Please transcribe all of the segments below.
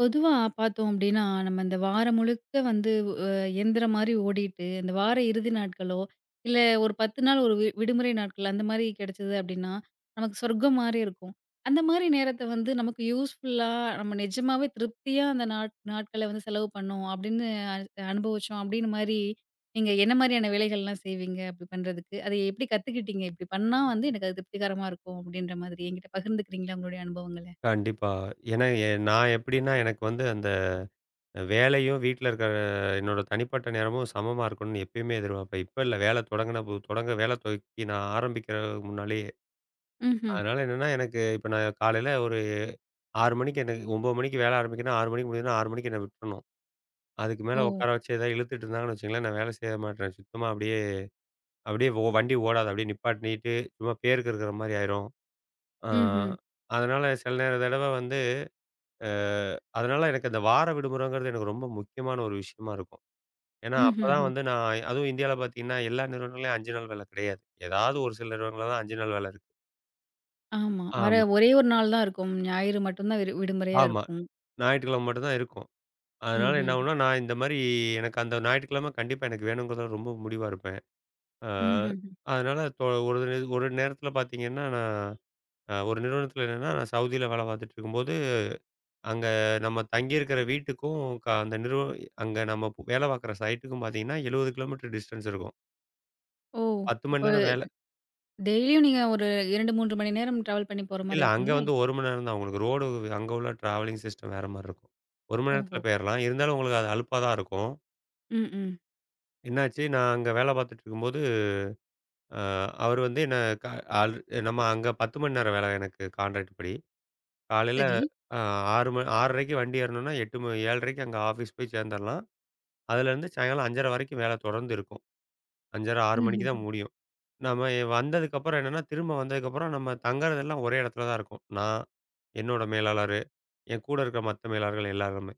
பொதுவா பார்த்தோம் அப்டின்னா, நம்ம இந்த வாரம் முழுக்க வந்து அ எந்திரம் மாரி ஓடிட்டு, இந்த வார இறுதி நாட்களோ, இல்ல ஒரு 10 நாள் ஒரு விடுமுறை நாட்கள் அந்த மாரி கிடைச்சது அப்டின்னா, நமக்கு சொர்க்கம் மாரி இருக்கும். அந்த மாரி நேரத்த வந்து நமக்கு யூஸ்ஃபுல்லா நம்ம நிஜமாவே திருப்தியா அந்த நாட்கள வந்து செலவு பண்ணோம் அப்டின்னு அனு அனுபவிச்சோம் அப்டின்னு மாரி, நீங்க என்ன மாரியான வேலைகள்லாம் செய்வீங்க அப்டி பண்றதுக்கு? அத எப்டி கத்துக்கிட்டீங்க? இப்டி பண்ணா வந்து எனக்கு அது திருப்திகரமா இருக்கும் அப்டின்ற மாதிரி என்கிட்ட பகிர்ந்துக்கிறீங்களா உங்களுடைய அனுபவங்கள? கண்டிப்பா. ஏன்னா, நான் எப்படின்னா, எனக்கு வந்து அந்த வேலையும், வீட்ல இருக்கிற என்னோட தனிப்பட்ட நேரமும் சமமா இருக்கணும்னு எப்பயுமே எதிர்பார்ப்பேன். இப்ப இல்ல. வேலை தொடங்குன பு தொடங்க வேலை துவக்கி நான் ஆரம்பிக்கிறதுக்கு முன்னாலேயே. ம்ஹ்ம். அதனால என்னன்னா, எனக்கு இப்ப நான் காலையில ஒரு 6 மணிக்கு எனக்கு 9 மணிக்கு வேலை ஆரம்பிக்கன்னா, 6 மணிக்கு முடியுதுன்னா, 6 மணிக்கு என்ன விட்டுறணும். அதுக்கு ஓ! மேல உட்கார வச்சு ஏதாவது இழுத்துட்டு இருந்தாங்கன்னு வச்சுக்கங்களேன், நான் வேலை செய்ய மாட்டேன். சுத்தமா அப்படியே. ஓ, வண்டி ஓடாது. அப்படியே நிப்பாட்டிட்டு, சும்மா பேருக்கு இருக்கிற மாரி ஆயிரும். ஆ ம்ஹ்ம். அதனால சில நேர தடவ வந்து அ அதனால எனக்கு அந்த வார விடுமுறைங்கிறது எனக்கு ரொம்ப முக்கியமான ஒரு விஷயமா இருக்கும். ஏன்னா, அப்பதான் ம்ஹ்ஹ்ம். வந்து நான் அதுவும் இந்தியால பார்த்தீங்கன்னா, எல்லா நிறுவனங்கள்லயும் 5 நாள் வேலை கிடையாது. ஏதாவது ஒரு சில நிறுவனங்கள்ல தான் 5 நாள் வேலை இருக்கு. ஆமா. வர ஆமா, ஒரே ஒரு நாள் தான் இருக்கும். ஞாயிறு மட்டும் தான் விடுமுறையா ஆமா. இருக்கும். ஞாயிற்றுக்கிழமை மட்டும் தான் இருக்கும். அதனால என்ன ம்ஹ்ஹ்ம். ஆகும்னா, நான் இந்த மாரி எனக்கு அந்த ஞாயிற்றுக்கிழமை கண்டிப்பா எனக்கு வேணுங்கிறதுல ரொம்ப முடிவா இருப்பேன். அ ம்ஹ்ஹ்ம். அதனால ஒரு நேரத்தில பார்த்தீங்கன்னா, நான் ஒரு நிறுவனத்தில என்னன்னா நான் சவுதியில வேலை பார்த்துட்டு இருக்கும்போது அங்க நம்ம தங்கியிருக்கிற வீட்டுக்கும், க அந்த நிறுவ அங்க நம்ம வேலை பார்க்குற சைட்டுக்கும் பார்த்தீங்கன்னா, 70 கிலோமீட்டர் டிஸ்டன்ஸ் இருக்கும். ஓ! 10 அப்ப மணி நேரம் வேலை. டெய்லியும் நீங்க ஒரு 2, 3 மணி நேரம் டிராவல் பண்ணி போற இல்ல மாரி அங்க இருக்கும்ல? வந்து 1 மணி நேரம் தான். உங்களுக்கு ரோடு அங்க உள்ள டிராவலிங் சிஸ்டம் வேற மாரி இருக்கும். 1 மணி ஓஹோ! நேரத்தில போயிரலாம். இருந்தாலும் உங்களுக்கு அது அலுப்பா தான் இருக்கும். ம், ம். என்னாச்சு, நான் அங்க வேலை பார்த்துட்டு இருக்கும்போது, அ அவர் வந்து என்ன க ஆல் நம்ம அங்க 10 மணி நேரம் வேலை எனக்கு கான்ட்ராக்ட் படி. காலையில சரி. அ 6 மணி 6:30க்கு வண்டி ஏறணும்னா, 8 மணி 7:30க்கு அங்க ஆஃபீஸ் போய் சேர்ந்துரலாம். அதுலேருந்து சாயங்காலம் 5:30 வரைக்கும் வேலை தொடர்ந்து இருக்கும். 5:30, 6 மணிக்கு ம்ஹ்ஹ்ம். தான் முடியும். நம்ம வந்ததுக்கப்புறம் என்னன்னா, திரும்ப வந்ததுக்கப்புறம் நம்ம தங்குறதெல்லாம் ஒரே இடத்துல தான் இருக்கும். நான், என்னோட மேலாளரு, என் கூட இருக்கிற மத்த மேலாளர்கள் எல்லாருமே.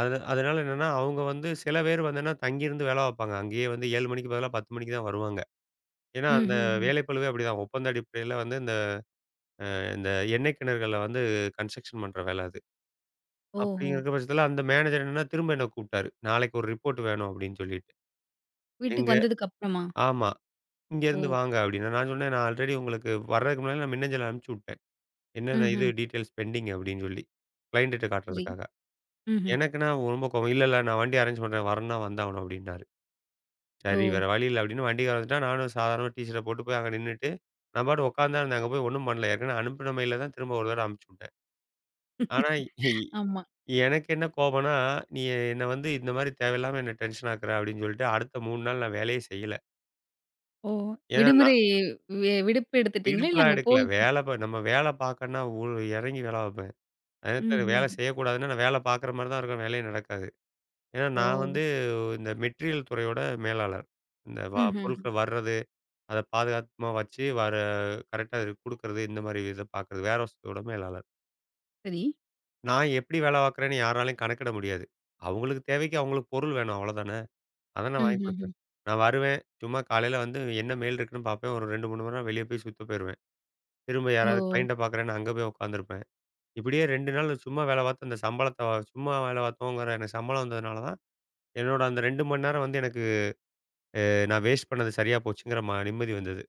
அதனால என்னன்னா, அவங்க வந்து சில பேர் வந்தன்னா தங்கியிருந்து வேலை பார்ப்பாங்க. அங்கேயே வந்து 7 மணிக்கு பதிலா 10 மணிக்கு தான் வருவாங்க. ஏன்னா, அந்த ம்ஹ்ஹ்ம். வேலை பளுவே அப்படிதான். ஒப்பந்த அடிப்படையில வந்து இந்த இந்த எண்ணெய் கிணறுகள்ல வந்து கன்ஸ்ட்ரக்ஷன் பண்ற வேலை அது. ஓஹோ! அப்படிங்கிற பட்சத்தில அந்த மேனேஜர் என்னன்னா, திரும்ப என்ன கூப்பிட்டாரு. நாளைக்கு ஒரு ரிப்போர்ட் வேணும் அப்படின்னு சொல்லிட்டு. எங்க வீட்டுக்கு வந்ததுக்கு அப்புறமா? ஆமா. ஓ! இங்கேருந்து வாங்க அப்படின்னா, நான் சொன்னேன், நான் ஆல்ரெடி உங்களுக்கு வர்றதுக்கு முன்னாடி நான் மின்னஞ்சல் அனுப்பிச்சு விட்டேன். என்னென்ன இது ம்ஹ்ம். டீட்டெயில்ஸ் பெண்டிங் அப்படின்னு சொல்லி, கிளையன்ட்ட சரி. காட்டுறதுக்காக. ம்ஹ்ம். எனக்குன்னா ரொம்ப கோவம். இல்ல, நான் வண்டி அரேஞ்ச் பண்றேன். வரணும்னா வந்தாகணும் அப்படின்னாரு. ஓ! சரி வேற வழி இல்ல அப்படின்னு வண்டிக்காரன் வந்துட்டான். நானும் சாதாரணமா டீ ஷர்ட்ட போட்டு போய் அங்க நின்னுட்டு, நான் பாட்டுக்கு உட்காந்து தான் இருந்தேன். அங்க போய் ஒண்ணும் பண்ணல. ஏற்கனவே அனுப்புன மெயில தான் திரும்ப ஒரு தடவ அனுப்பிச்சு விட்டேன். ஆனா இ ஆமா. எனக்கு என்ன கோவம்னா, நீ என்ன வந்து இந்த மாரி தேவையில்லாம என்ன டென்ஷன் ஆக்குற அப்படின்னு சொல்லிட்டு, அடுத்த 3 நாள் நான் வேலையே செய்யல. ஓ! ஏன்னா நான் விடுமுறை விடுப்பு எடுத்துட்டீங்களா? இல்ல விடுப்புலாம் அங்க எடுக்கல. போய் வேலை ப நம்ம வேலை பார்க்கணும்னா, ஒரு இறங்கி வேலை பார்ப்பேன். அதே நேரத்துல வேலை ம்ஹ்ஹ்ம். செய்யக்கூடாதுன்னா, நான் வேலை பார்க்குற மாரி தான் இருக்கும். வேலையே நடக்காது. ஏன்னா, ஓ! நான் வந்து இந்த மெட்டீரியல் துறையோட மேலாளர். இந்த ம்ஹ்ஹ்ம். பொருட்கள் வர்றது, அத பாதுகாத்தமா வச்சு வர கரெக்ட்டா அது குடுக்கறது, இந்த மாரி இத பார்க்கறது. வேர்ஹவுஸோட மேலாளர். சரி. நான் எப்படி வேலை பார்க்குறேன்னு யாராலயும் கணக்கிட முடியாது. அவங்களுக்கு தேவைக்கு அவங்களுக்கு பொருள் வேணும் அவ்வளோதானே. அத நான் வாங்கி ம்ஹ்ஹ்ம். குடுத்துருவேன். நான் வருவேன். சும்மா காலையில வந்து என்ன மெயில் இருக்குன்னு பார்ப்பேன். ஒரு 2, 3 மணி நேரம் வெளிய போய் சுத்த போயிருவேன். திரும்ப ஓ! யாராவது கிளையண்ட்ட பார்க்குறேன்னு அங்க போய் உட்காந்துருப்பேன். இப்படியே 2 நாள் சும்மா வேலை பார்த்து அந்த சம்பளத்த சும்மா வேலை பார்த்தோங்கிற எனக்கு சம்பளம் வந்ததுனால தான், என்னோட அந்த 2 மணி நேரம் வந்து எனக்கு நான் வேஸ்ட் பண்ணது சரியா போச்சுங்கிற நிம்மதி வந்தது.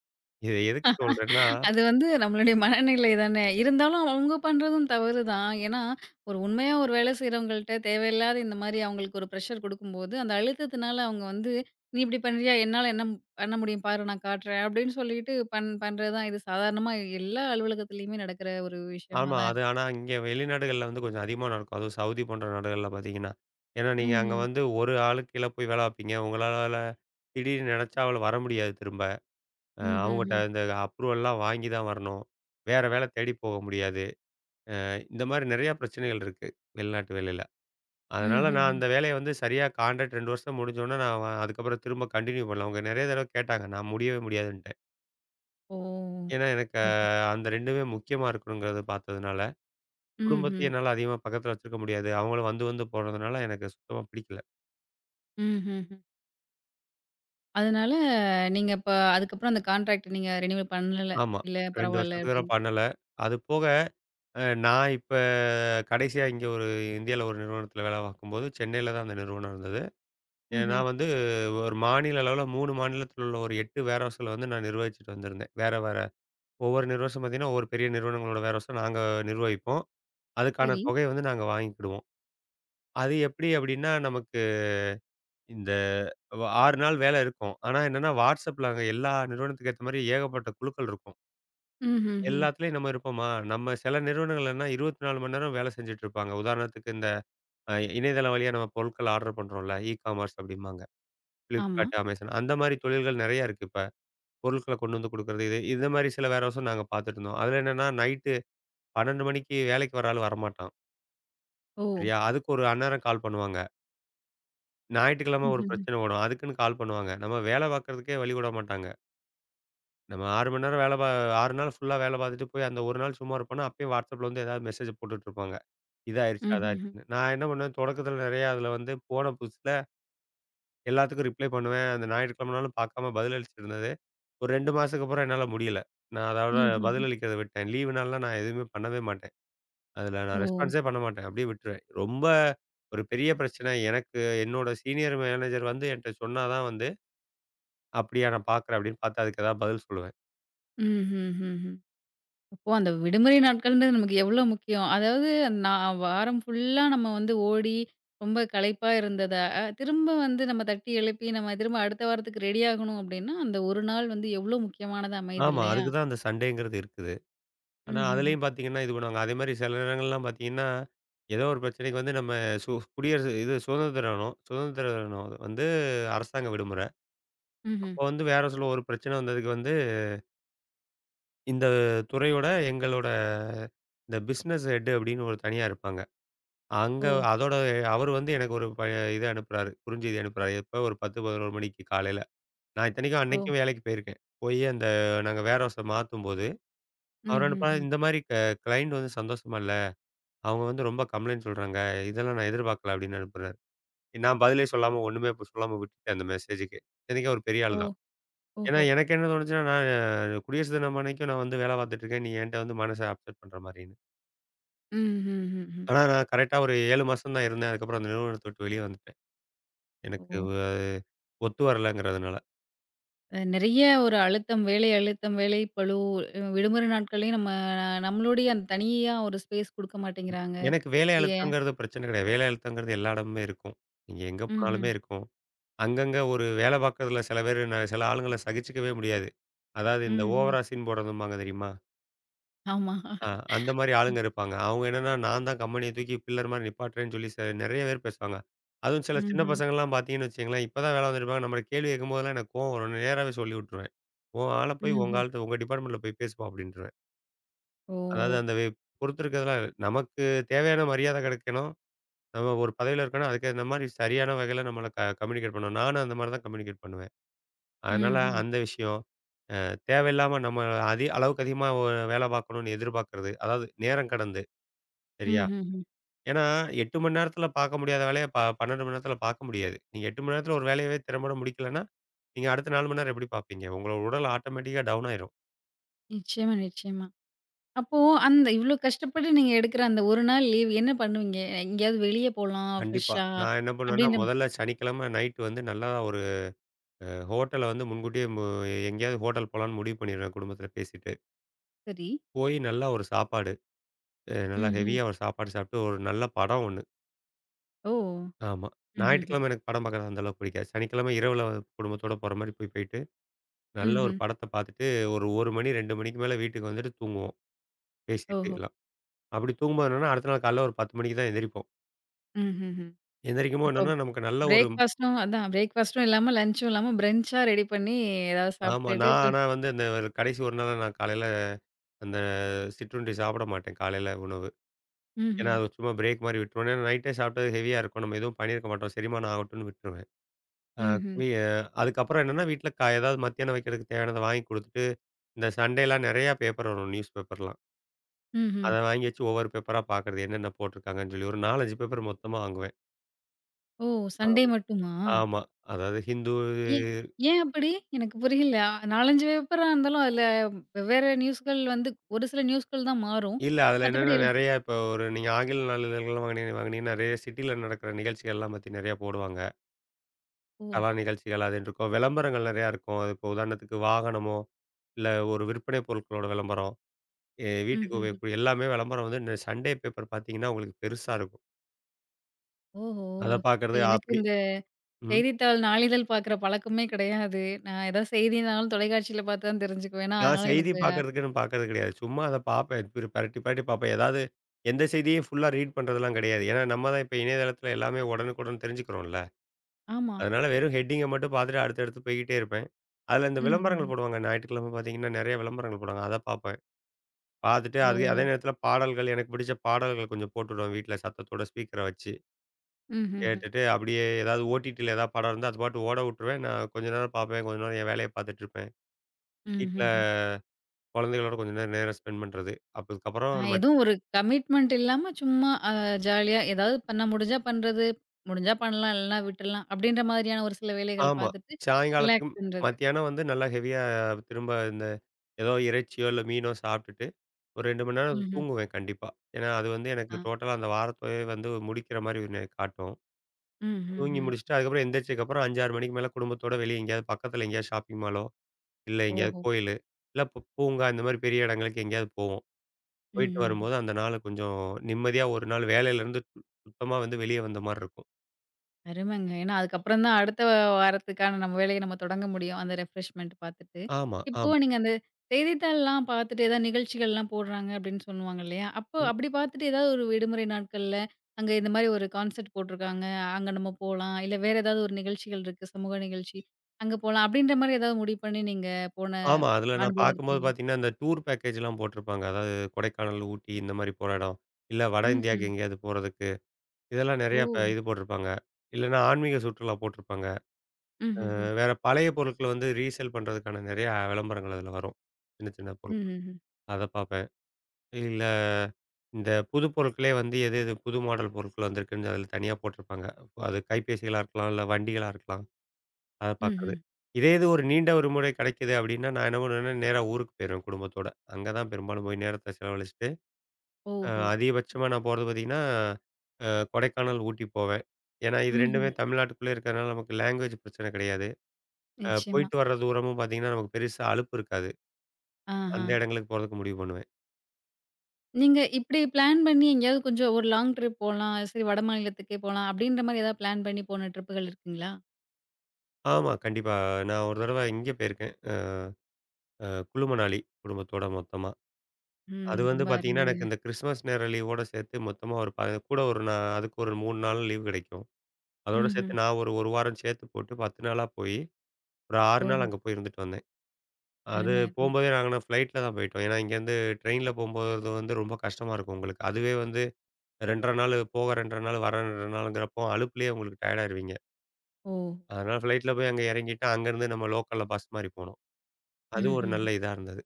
இத எதுக்கு சொல்றேன்னா அது வந்து நம்மளுடைய மனநிலை தானே! இருந்தாலும் அவங்க பண்றதும் தவறு தான். ஏன்னா, ஒரு உண்மையா ஒரு வேலை செய்றவங்கள்ட்ட தேவையில்லாத இந்த மாரி அவங்களுக்கு ஒரு ப்ரெஷர் குடுக்கும்போது, அந்த அழுத்தத்தினால அவங்க வந்து, "நீ இப்படி பண்றியா? என்னால என்ன பண்ண முடியும் பாரு! நான் காட்டுறேன்." அப்படின்னு சொல்லிட்டு பண்றது தான். இது சாதாரணமா எல்லா அலுவலகத்திலயுமே நடக்கிற ஒரு விஷயமா ஆமா. தான் அது இருக்கு. ஆனா இங்க வெளிநாடுகள்ல வந்து கொஞ்சம் அதிகமா நடக்கும். அதுவும் சவுதி போன்ற நாடுகள்ல பார்த்தீங்கன்னா. ஏன்னா நீங்க அங்க ம்ஹ்ம். வந்து ஒரு ஆளுக்கு கீழ போய் வேலை பார்ப்பீங்க. உங்களால திடீர்னு நெனச்சா அவள வர முடியாது திரும்ப. ம்ஹ்ஹ்ம். அவங்கட்ட இந்த அப்ரூவல்லாம் வாங்கி தான் வரணும். வேற வேலை தேடி போக முடியாது. இந்த மாரி நெறைய பிரச்சனைகள் இருக்கு வெளிநாட்டு வேலையில. அதனால நான் ம்ஹ்ஹ்ம். அந்த வேலைய வந்து சரியா கான்ட்ராக்ட் 2 வருஷம் முடிஞ்சோனே நான் வ அதுக்கப்புறம் திரும்ப கன்டின்யூ பண்ணல. அவங்க நெறைய தடவ கேட்டாங்க. நான் முடியவே முடியாதுன்ட்டேன். ஓ! ஏன்னா, எனக்கு அப்பா! அந்த 2மே முக்கியமா இருக்கணுங்கிறத பார்த்ததுனால, ம்ஹ்ம். குடும்பத்தையும் என்னால அதிகமா பக்கத்துல வச்சுருக்க முடியாது. அவங்களும் வந்து வந்து போறதுனால எனக்கு சுத்தமா பிடிக்கல. ம்ஹ்ஹ்ம். அதனால நீங்க இப்ப அதுக்கப்புறம் அந்த கான்ட்ராக்ட் நீங்க ரினியூவல் பண்ணல. ஆமா. "இல்ல 2 பரவால்ல." வருஷத்துக்கு தடவ அப்படின்னு. பண்ணல. அது போக நான் இப்ப கடைசியா இங்க ஒரு இந்தியால ஒரு நிறுவனத்துல வேலை பார்க்கும்போது, சென்னையில தான் அந்த நிறுவனம் இருந்தது. ம்ஹ்ம். நான் வந்து ஒரு மாநில அளவுல 3 மாநிலத்தில உள்ள ஒரு 8 வேர்ஹவுஸ்ல வந்து நான் நிர்வகிச்சுட்டு வந்திருந்தேன். வேற வேற ஒவ்வொரு நிர்வசம் பார்த்தீங்கன்னா, ஒவ்வொரு பெரிய நிறுவனங்களோட வேர்ஹவுஸ நாங்க நிர்வகிப்போம். அதுக்கான சரி. தொகைய வந்து நாங்க வாங்கிக்கிடுவோம். அது எப்படி அப்படின்னா, நமக்கு இந்த 6 நாள் வேலை இருக்கும். ஆனா என்னன்னா, WhatsAppல அங்க எல்லா நிறுவனத்துக்கு ஏத்த மாரி ஏகப்பட்ட குழுக்கள் இருக்கும். ம்ஹ்ஹ்ம். எல்லாத்துலயும் நம்ம இருப்போமா? நம்ம சில நிறுவனங்கள் என்ன 24 மணி நேரம் வேலை செஞ்சுட்டு இருப்பாங்க. உதாரணத்துக்கு இந்த இணையதளம் வழியா நம்ம பொருட்கள் ஆர்டர் பண்றோம்ல, இ-காமர்ஸ் அப்படிம்பாங்க. ஆமா. Flipkart, Amazon அந்த மாரி தொழில்கள் நெறைய இருக்கு இப்ப. பொருட்கள கொண்டு வந்து குடுக்குறது இது இந்த மாரி சில வேர்ஹவுஸும் நாங்க பார்த்துட்டு இருந்தோம். அதுல என்னன்னா நைட்டு 12 மணிக்கு வேலைக்கு வர ஆள் வரமாட்டான். ஓ! சரியா? அதுக்கு ஒரு அந்நேரம் கால் பண்ணுவாங்க. ஞாயிற்றுக்கிழமை ஒரு ம்ஹ்ஹ்ம். பிரச்சனை ஓடும். அதுக்குன்னு கால் பண்ணுவாங்க. நம்ம வேலை பார்க்கறதுக்கே வழி விட மாட்டாங்க. நம்ம 6 மணி நேரம் வேல பா 6 நாள் ஃபுல்லா வேல பார்த்துட்டு போய் அந்த ஒரு நாள் சும்மா இருப்போம்னா, அப்பயும் WhatsAppல வந்து ஏதாவது மெசேஜ் போட்டுட்ருப்பாங்க. இதாயிருச்சு, ம்ஹ்ஹ்ம். அதாயிருச்சுன்னு. நான் என்ன பண்ணுவேன், தொடக்கத்தில நிறைய அதில வந்து போன புதுசுல எல்லாத்துக்கும் ரிப்ளை பண்ணுவேன். அந்த ஞாயிற்றுக்கிழமைனாலும் பார்க்காம பதிலளிச்சுட்டுருந்தது. ஒரு 2 மாசத்துக்கு அப்புறம் என்னால முடியல. நான் அதோட ம்ஹ்ஹ்ம். பதிலளிக்கிறத விட்டேன். லீவு நாள்லாம் நான் எதுவுமே பண்ணவே மாட்டேன். அதில நான் ஓ! ரெஸ்பான்ஸே பண்ண மாட்டேன். அப்படியே விட்டுருவேன். ரொம்ப ஒரு பெரிய பிரச்சனை எனக்கு என்னோட சீனியர் மேனேஜர் வந்து என்ட்ட சொன்னா தான் வந்து, "அப்படியா நான் பார்க்குறேன்" அப்படின்னு பார்த்து அதுக்கு ஏதாவது பதில் சொல்லுவேன். ம்ஹ்ஹ்ஹ்ம். அப்போ அந்த விடுமுறை நாட்கள்ன்றது நமக்கு எவ்வளோ முக்கியம். அதாவது நான் வாரம் ஃபுல்லா நம்ம வந்து ஓடி, ரொம்ப களைப்பா இருந்தத, திரும்ப வந்து நம்ம தட்டி எழுப்பி, நம்ம திரும்ப அடுத்த வாரத்துக்கு ரெடி ஆகணும் அப்டின்னா, அந்த ஒரு நாள் வந்து எவ்வளோ முக்கியமானதா அமையுது ஆமா. இல்லையா? அதுக்கு தான் அந்த சண்டேங்கிறது இருக்கு. ஆனா, ம்ஹ்ஹ்ம். அதுலயும் பாத்தீங்கன்னா, இது பண்ணுவாங்க. அதேமாரி சில நேரங்கள்லாம் பாத்தீங்கன்னா, ஏதோ ஒரு பிரச்சனைக்கு வந்து நம்ம சு குடியரசு இது சுதந்திர தினம் வந்து அரசாங்க விடுமுறை. ம்ஹ்ம். அப்போ வந்து வேற சில ஒரு பிரச்சனை வந்ததுக்கு வந்து, இந்த துறையோட எங்களோட இந்த பிசினஸ் ஹெட் அப்படின்னு ஒரு தனியா இருப்பாங்க. அங்க ஓ! அதோட அவரு வந்து எனக்கு ஒரு ப இது அனுப்புறாரு. குறுஞ்செய்தி அனுப்புறாரு. எப்ப ஒரு 10, 11 மணிக்கு காலையில. நான் இத்தனைக்கும் ஓ! அன்னைக்கும் வேலைக்கு போயிருக்கேன். போயி அந்த நாங்க வேர் ஹவுஸ மாத்தும்போது, அவர் அனுப்புறாரு, ம்ஹ்ஹ்ம். இந்த மாரி கிளையண்ட் வந்து சந்தோஷமா இல்ல. அவங்க வந்து ரொம்ப கம்ப்ளைண்ட் சொல்றாங்க. இதெல்லாம் நான் எதிர்பார்க்கல அப்படின்னு அனுப்புறாரு. நான் பதிலே சொல்லாம ஒண்ணுமே இப்ப சொல்லாம விட்டுட்டேன் அந்த மெசேஜுக்கு. இத்தனைக்கும் அவரு பெரிய ஆளு ஓ! தான். ஏன்னா ஓஹோ! எனக்கு என்ன தோணுச்சுன்னா, நான் குடியரசு தினம் அன்னைக்கும் நான் வந்து வேலை பார்த்துட்டு இருக்கேன். நீ என்ட்ட வந்து மனச அப்செட் பண்ற மாரின்னு. ம்ஹ்ஹ்ஹ்ம். ஆனா நான் கரெக்ட்டா ஒரு 7 மாசம் தான் இருந்தேன். அதுக்கப்புறம் அந்த நிறுவனத்த விட்டு வெளிய வந்துட்டேன். எனக்கு ஓ! வ ஒத்து வரலங்கிறதுனால. நெறைய ஒரு அழுத்தம், வேலை அழுத்தம், வேலைப்பளு, விடுமுறை நாட்கள்லயும் நம்ம நம்மளுடைய அந்த தனியா ஒரு ஸ்பேஸ் குடுக்க மாட்டேங்கிறாங்க. எனக்கு வேலை ஏ அழுத்தங்கிறது பிரச்சனை கிடையாது. வேலை அழுத்தங்கிறது எல்லா இடமுமே இருக்கும். நீங்க எங்க போனாலுமே ம்ஹ்ம். இருக்கும். அங்கங்க ஒரு வேலை பார்க்கறதுல சில பேரு நான் சில ஆளுங்கள சகிச்சுக்கவே முடியாது. அதாவது இந்த ம்ஹ்ம். ஓவரா சீன் போடுறதும்பாங்க தெரியுமா? ஆமா. ஆ, அந்த மாரி ஆளுங்க இருப்பாங்க. அவங்க என்னன்னா, நான் தான் கம்பெனிய தூக்கி பில்லர் மாரி நிப்பாட்டுறேன்னு சொல்லி நெறைய பேர் பேசுவாங்க. அதுவும் சில சின்ன ம்ஹ்ம். பசங்கள்லாம் பார்த்தீங்கன்னு வச்சுக்கங்களேன், இப்ப தான் வேலை வந்திருப்பாங்க. நம்மள கேள்வி கேட்கும்போதெல்லாம் எனக்கு கோவம் வரும். நேராவே சொல்லி விட்டுருவேன். "உன் ஆள போய் உங்க ம்ஹ்ம். ஆள்ட்ட உங்க டிபார்ட்மெண்ட்ல போய் பேசுப்பா" அப்படின்ருவேன். ஓ! அதாவது அந்த வே பொறுத்திருக்கிறதுலாம் இல்ல. நமக்கு தேவையான மரியாதை கிடைக்கணும். நம்ம ஒரு பதவியில இருக்கோம்னா, அதுக்கு இந்த மாரி சரியான வகையில நம்மள கம்யூனிகேட் பண்ணணும். நானும் அந்த மாரி தான் கம்யூனிகேட் பண்ணுவேன். அதனால ம்ஹ்ம். அந்த விஷயம். அ தேவையில்லாம நம்ம அதி அளவுக்கு அதிகமா வேலை பார்க்கணும்னு எதிர்பார்க்கிறது. அதாவது நேரம் கடந்து. சரியா? ம்ஹ்ஹ்ம். ஏன்னா, 8 மணி நேரத்தில பார்க்க முடியாத வேலைய 12 மணி நேரத்தில பார்க்க முடியாது. நீங்க 8 மணி நேரத்தில ஒரு வேலையவே திறம்பட முடிக்கலன்னா, நீங்க அடுத்த 4 மணி நேரம் எப்படி பார்ப்பீங்க? உங்களோட உடல் ஆட்டோமேட்டிக்கா டவுன் ஆயிரும். நிச்சயமா, நிச்சயமா. அப்போ அந்த இவ்ளோ கஷ்டப்பட்டு நீங்க எடுக்குற அந்த 1 நாள் லீவ் என்ன பண்ணுவீங்க? எங்கேயாவது வெளிய போலாம் கண்டிப்பா. ஃப்ரெஷ்ஷா நான் என்ன பண்ணுவேன்னா, அப்டின்ற முதல்ல சனிக்கிழமை நைட் வந்து நல்லா ஒரு ஹோட்டல வந்து முன்கூட்டியே மு எங்கேயாவது ஹோட்டல் போலான்னு முடிவு பண்ணிருவேன் குடும்பத்தில பேசிட்டு. சரி. போய் நல்லா ஒரு சாப்பாடு, நல்லா ம்ஹ்ம். ஹெவியா ஒரு சாப்பாடு சாப்பிட்டு ஒரு நல்ல படம் ஒண்ணு. ஓ! ஆமா. ம்ஹ்ஹ்ம். ஞாயிற்றுக்கிழமை எனக்கு படம் பார்க்குறது அந்த அளவுக்கு பிடிக்காது. சனிக்கிழமை இரவுல குடும்பத்தோட போற மாரி போய் போயிட்டு, நல்ல ஒரு ம்ஹ்ம். படத்த பார்த்துட்டு ஒரு 1 மணி 2 மணிக்கு மேல வீட்டுக்கு வந்துட்டு தூங்குவோம். ஓஹோ! பேசிட்டுலாம். அப்படி தூங்கும்போது என்னன்னா, அடுத்த நாள் காலையில ஒரு 10 மணிக்கு தான் எந்திரிப்போம். ம்ஹ்ஹ்ம். எந்திரிக்கும்போது அப்போ என்னன்னா, நமக்கு நல்ல ஒரு பிரேக்ஃபாஸ்ட்டும் இல்லாம, லஞ்சும் இல்லாம பிரன்ச்சா ரெடி பண்ணி ஏதாவது ஆமா. சாப்பிட்டுட்டு நான் ஆனா வந்து அந்த கடைசி ஒரு நாளா நான் காலையில அந்த சிற்றுண்டி சாப்பிட மாட்டேன் காலையில உணவு. ஏன்னா, ம்ஹ்ம். அது சும்மா பிரேக் மாரி விட்டுருவேன். ஏன்னா நைட்டே சாப்பிட்டது ஹெவியா இருக்கும். நம்ம எதுவும் பண்ணியிருக்க மாட்டோம். செரிமானம் ஆகட்டும்னு விட்டுருவேன். அ ம்ஹ்ம். வி அதுக்கப்புறம் என்னன்னா, வீட்ல ஏதாவது மத்தியானம் வைக்கிறதுக்கு தேவையானத வாங்கி குடுத்துட்டு, இந்த சண்டேலாம் நெறையா பேப்பர் வரும் நியூஸ் பேப்பர்லாம். ம்ஹ்ம். அத வாங்கி வச்சு ஒவ்வொரு பேப்பரா பார்க்கறது. என்னென்ன போட்டிருக்காங்கன்னு சொல்லி ஒரு 4, 5 பேப்பர் மொத்தமா வாங்குவேன். ஓ! ஆமா. சண்டே மட்டுமா? ஆமா. அதாவது ஹிந்து ஏன் ஏன் அப்படி? எனக்கு புரியல. 4, 5 பேப்பரா இருந்தாலும் அதுல வெவ்வேற நியூஸ்கள் வந்து ஒரு சில நியூஸ்கள் தான் மாறும். இல்ல. அதுல என்னன்னா மத்தபடி நெறைய இப்போ ஒரு நீங்க ஆங்கில நாளிதழ்கள்லாம் வாங்குனீங்கன்னா, நெறைய சிட்டில நடக்கிற நிகழ்ச்சிகள்லாம் பத்தி நெறைய போடுவாங்க. ஓ! கலா நிகழ்ச்சிகள் அதுன்னு இருக்கும். விளம்பரங்கள் நெறையா இருக்கும். அது இப்போ உதாரணத்துக்கு வாகனமோ, இல்ல ஒரு விற்பனை பொருட்களோட விளம்பரம். வீட்டுக்கு ம்ஹ்ம். உபயோகக்கூடிய எல்லாமே விளம்பரம் வந்து இந்த சண்டே பேப்பர் பார்த்தீங்கன்னா, உங்களுக்கு பெருசா இருக்கும். ஓஹோ! அத இப்ப பார்க்கறது எனக்கு அப்படி. இந்த ம். செய்தித்தாள், நாளிதழ் பார்க்குற பழக்கமே கிடையாது. நான் ஏதாவது செய்தினாலும் தொலைக்காட்சியில பார்த்து தான் தெரிஞ்சுக்குவேனா, நான் அதனால செய்தி எனக்கு பார்க்கறதுக்குன்னு பார்க்கறது கிடையாது. சும்மா அத பார்ப்பேன். பெரட்டி பெரட்டி பார்ப்பேன். ஏதாவது எந்த செய்தியும் ஃபுல்லா ரீட் பண்றதெல்லாம் கிடையாது. ஏன்னா நம்ம தான் இப்போ இணையதளத்தில எல்லாமே உடனுக்குடன் தெரிஞ்சுக்கிறோம்ல. ஆமா. அதனால வெறும் ஹெட்டிங்க மட்டும் பார்த்துட்டு அடுத்து அடுத்து போய்க்கிட்டே இருப்பேன். அதில இந்த விளம்பரங்கள் ம்ஹ்ஹ்ம். போடுவாங்க. ஞாயிற்றுக்கிழமை பார்த்தீங்கன்னா, நெறைய விளம்பரங்கள் போடுவாங்க. அத பார்ப்பேன். பார்த்துட்டு அதுக்கு ஓஹோ! அதே நேரத்தில பாடல்கள் எனக்கு பிடிச்ச பாடல்கள் கொஞ்சம் போட்டுவிடுவேன் வீட்ல சத்தத்தோட ஸ்பீக்கர வச்சு. ம்ஹ்ஹ்ம். கேட்டுட்டு அப்படியே ஏதாவது ஓடிடில ஏதாவது படம் இருந்தா அது பாட்டுக்கு ஓட விட்டுருவேன். நான் கொஞ்ச நேரம் பார்ப்பேன். கொஞ்ச நேரம் என் வேலைய பார்த்துட்டு இருப்பேன். வீட்ல ம்ஹ்ஹ்ம். குழந்தைகளோட கொஞ்ச நேரம் நேரம் ஸ்பெண்ட் பண்றது. அதுக்கப்புறம் எதுவும் ஒரு கமிட்மெண்ட் இல்லாம சும்மா ஜாலியா ஏதாவது பண்ண முடிஞ்சா பண்றது, முடிஞ்சா பண்ணலாம் இல்லன்னா விட்டுறலாம். அப்படின்ற மாதிரியான ஒரு சில வேலைகள் ஆமா. பார்த்துட்டு சாயங்காலத்துக்கும் ரிலாக்ஸ் பண்றது. மத்தியானம் வந்து நல்லா ஹெவியா திரும்ப இந்த ஏதோ இறைச்சியோ, இல்ல மீனோ சாப்பிட்டுட்டு, ஒரு 2 மணி நேரம் ம்ஹ்ம். தூங்குவேன் கண்டிப்பா. ஏன்னா, அது வந்து ஆ. எனக்கு டோட்டலா அந்த வாரத்தவே வந்து முடிக்கிற மாரி ஒண்ணு காட்டும். தூங்கி ம்ஹ்ஹ்ம். முடிச்சுட்டு அதுக்கப்புறம் எந்திரிச்சதுக்கப்புறம் 5, 6 மணிக்கு மேல குடும்பத்தோட வெளிய எங்கேயாவது பக்கத்துல எங்கேயாவது ஷாப்பிங் மாலோ, இல்ல எங்கேயாவது ஓஹோ! கோயிலு, இல்ல பூங்கா இந்த மாரி பெரிய இடங்களுக்கு எங்கேயாவது போவோம். போயிட்டு ம்ஹ்ம். வரும்போது அந்த நாள் கொஞ்சம் நிம்மதியா ஒரு நாள் வேலையிலேருந்து சுத்தமா வந்து வெளிய வந்த மாரி இருக்கும். அருமைங்க. ஏன்னா, அதுக்கப்புறம் தான் அடுத்த வாரத்துக்கான நம்ம வேலைய நம்ம தொடங்க முடியும். அந்த ரெஃப்ரெஷ்மென்ட் பார்த்துட்டு. ஆமா, இப்போ ஆமா. நீங்க அந்த செய்தித்தாள்லாம் பார்த்துட்டு ஏதாவது நிகழ்ச்சிகள்லாம் போடுறாங்க அப்படின்னு சொல்லுவாங்க இல்லையா? அப்போ அப்படி பார்த்துட்டு ஏதாவது ஒரு விடுமுறை நாட்கள்ல, அங்க இந்த மாரி ஒரு கான்செர்ட் போட்டுருக்காங்க. அங்க நம்ம போலாம். இல்ல வேற ஏதாவது ஒரு நிகழ்ச்சிகள் இருக்கு. சமூக நிகழ்ச்சி. அங்க போலாம் அப்படின்ற மாரி ஏதாவது முடிவு பண்ணி நீங்க போன ஆமா. அதில நான் அனுபவம் பார்க்கும்போது இருக்குங்களா? பார்த்தீங்கன்னா, இந்த டூர் பேக்கேஜ்லாம் போட்டிருப்பாங்க. அதாவது கொடைக்கானல், ஊட்டி இந்த மாரி போற இடம். இல்ல வட ம்ஹ்ம். இந்தியாவுக்கு எங்கேயாவது போறதுக்கு. இதெல்லாம் ஓ! நெறையா இது போட்டிருப்பாங்க. இல்லன்னா ஆன்மீக சுற்றுலா போட்டிருப்பாங்க. ம்ஹ்ஹ்ம். வேற பழைய பொருட்கள வந்து ரீசேல் பண்றதுக்கான நெறையா விளம்பரங்கள் அதில வரும். சின்ன சின்ன பொருட்கள். ம்ஹ்ஹ்ம். அத பார்ப்பேன். இல்ல இந்த புது பொருட்களே வந்து எது எது புது மாடல் பொருட்கள் வந்திருக்குன்னு அதில தனியா போட்டிருப்பாங்க. அது கைபேசிகளா இருக்கலாம், இல்ல வண்டிகளா இருக்கலாம். அத ம்ஹ்ம். பார்க்குறது. இதே இது ஒரு நீண்ட ஒரு முறை கிடைக்குது அப்டின்னா, நான் என்ன பண்ணுவேன்னா, நேரா ஊருக்கு போயிருவேன் குடும்பத்தோட. அங்க தான் பெரும்பாலும் போய் நேரத்த செலவழிச்சுட்டு, ஓஹோ! அதிகபட்சமா நான் போறது பார்த்தீங்கன்னா, அ கொடைக்கானல், ஊட்டி போவேன். ஏன்னா இது ம்ஹ்ம். 2மே தமிழ்நாட்டுக்குள்ளே இருக்கிறதுனால நமக்கு லேங்குவேஜ் பிரச்சனை கிடையாது. நிச்சயமா. போயிட்டு வர்ற தூரமும் பார்த்தீங்கன்னா, நமக்கு பெருசா அலுப்பு இருக்காது. ஆஹா. அந்த இடங்களுக்கு போறதுக்கு முடிவு பண்ணுவேன். நீங்க இப்படி பிளான் பண்ணி எங்கேயாவது கொஞ்சம் ஒரு லாங் ட்ரிப் போலாம். சரி வடமாநிலத்துக்கே போலாம் அப்படின்ற மாரி ஏதாவது பிளான் பண்ணி போன ட்ரிப்புகள் இருக்குங்களா? ஆமா, கண்டிப்பா. நான் ஒரு தடவ இங்க போயிருக்கேன். குளு மணாலி குடும்பத்தோட மொத்தமா. ம். அது வந்து ரொம்ப பார்த்தீங்கன்னா, அருமைங்க. எனக்கு இந்த கிறிஸ்துமஸ் நேர லீவோட சேர்த்து மொத்தமா ஒரு ப கூட ஒரு நான் அதுக்கு ஒரு 3 நாள் லீவு கிடைக்கும். அதோட ம்ஹ்ம். சேர்த்து நான் ஒரு 1 வாரம் சேர்த்து போட்டு 10 நாளா போயி, ஒரு 6 நாள் ஓஹோ! அங்க போய் இருந்துட்டு வந்தேன். அது அருமை, அருமை. போம்போதே நாங்கலாம் ஃப்ளைட்ல தான் போயிட்டோம். ஏன்னா இங்கேருந்து ட்ரெயின்ல போம்போது வந்து ரொம்ப கஷ்டமா இருக்கும் உங்களுக்கு. அதுவே வந்து 2 1/2 நாள் போக 2 1/2 நாள், வர 2 1/2 நாளுங்கிறப்போ அலுப்புலயே உங்களுக்கு டயர்ட் ஆயிருவீங்க. ஓ! அதனால ஃப்ளைட்ல போய் அங்க இறங்கிட்டு, அங்கேருந்து நம்ம லோக்கல்ல பஸ் மாரி போனோம். அது ஒரு ம்ஹ்ம். நல்ல இதா இருந்தது.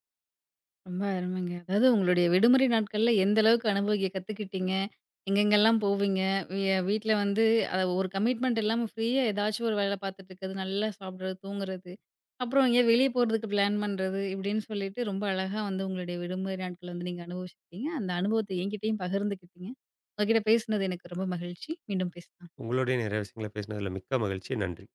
ரொம்ப அருமைங்க. அதாவது உங்களுடைய விடுமுறை நாட்கள்ல எந்த அளவுக்கு அனுபவிக்க கத்துக்கிட்டீங்க? எங்கெங்கெல்லாம் போவீங்க? வீட்ல வந்து ஒரு கமிட்மெண்ட் இல்லாம ஃப்ரீயா ஏதாச்சும் ஒரு வேல பார்த்துட்டு இருக்கிறது, நல்லா சாப்பிடுறது, தூங்குறது, அப்புறம் எங்கேயோ வெளிய போறதுக்கு பிளான் பண்றது, இப்படின்னு சொல்லிட்டு ரொம்ப அழகா வந்து உங்களுடைய விடுமுறை நாட்கள வந்து நீங்க அனுபவிச்சிருக்கீங்க. அந்த அனுபவத்த என்கிட்டயும் பகிர்ந்துக்கிட்டீங்க. உங்ககிட்ட பேசினது எனக்கு ரொம்ப மகிழ்ச்சி. மீண்டும் பேசலாம். உங்களோடயே நிறைய விஷயங்கள பேசினதுல மிக்க மகிழ்ச்சி. நன்றி.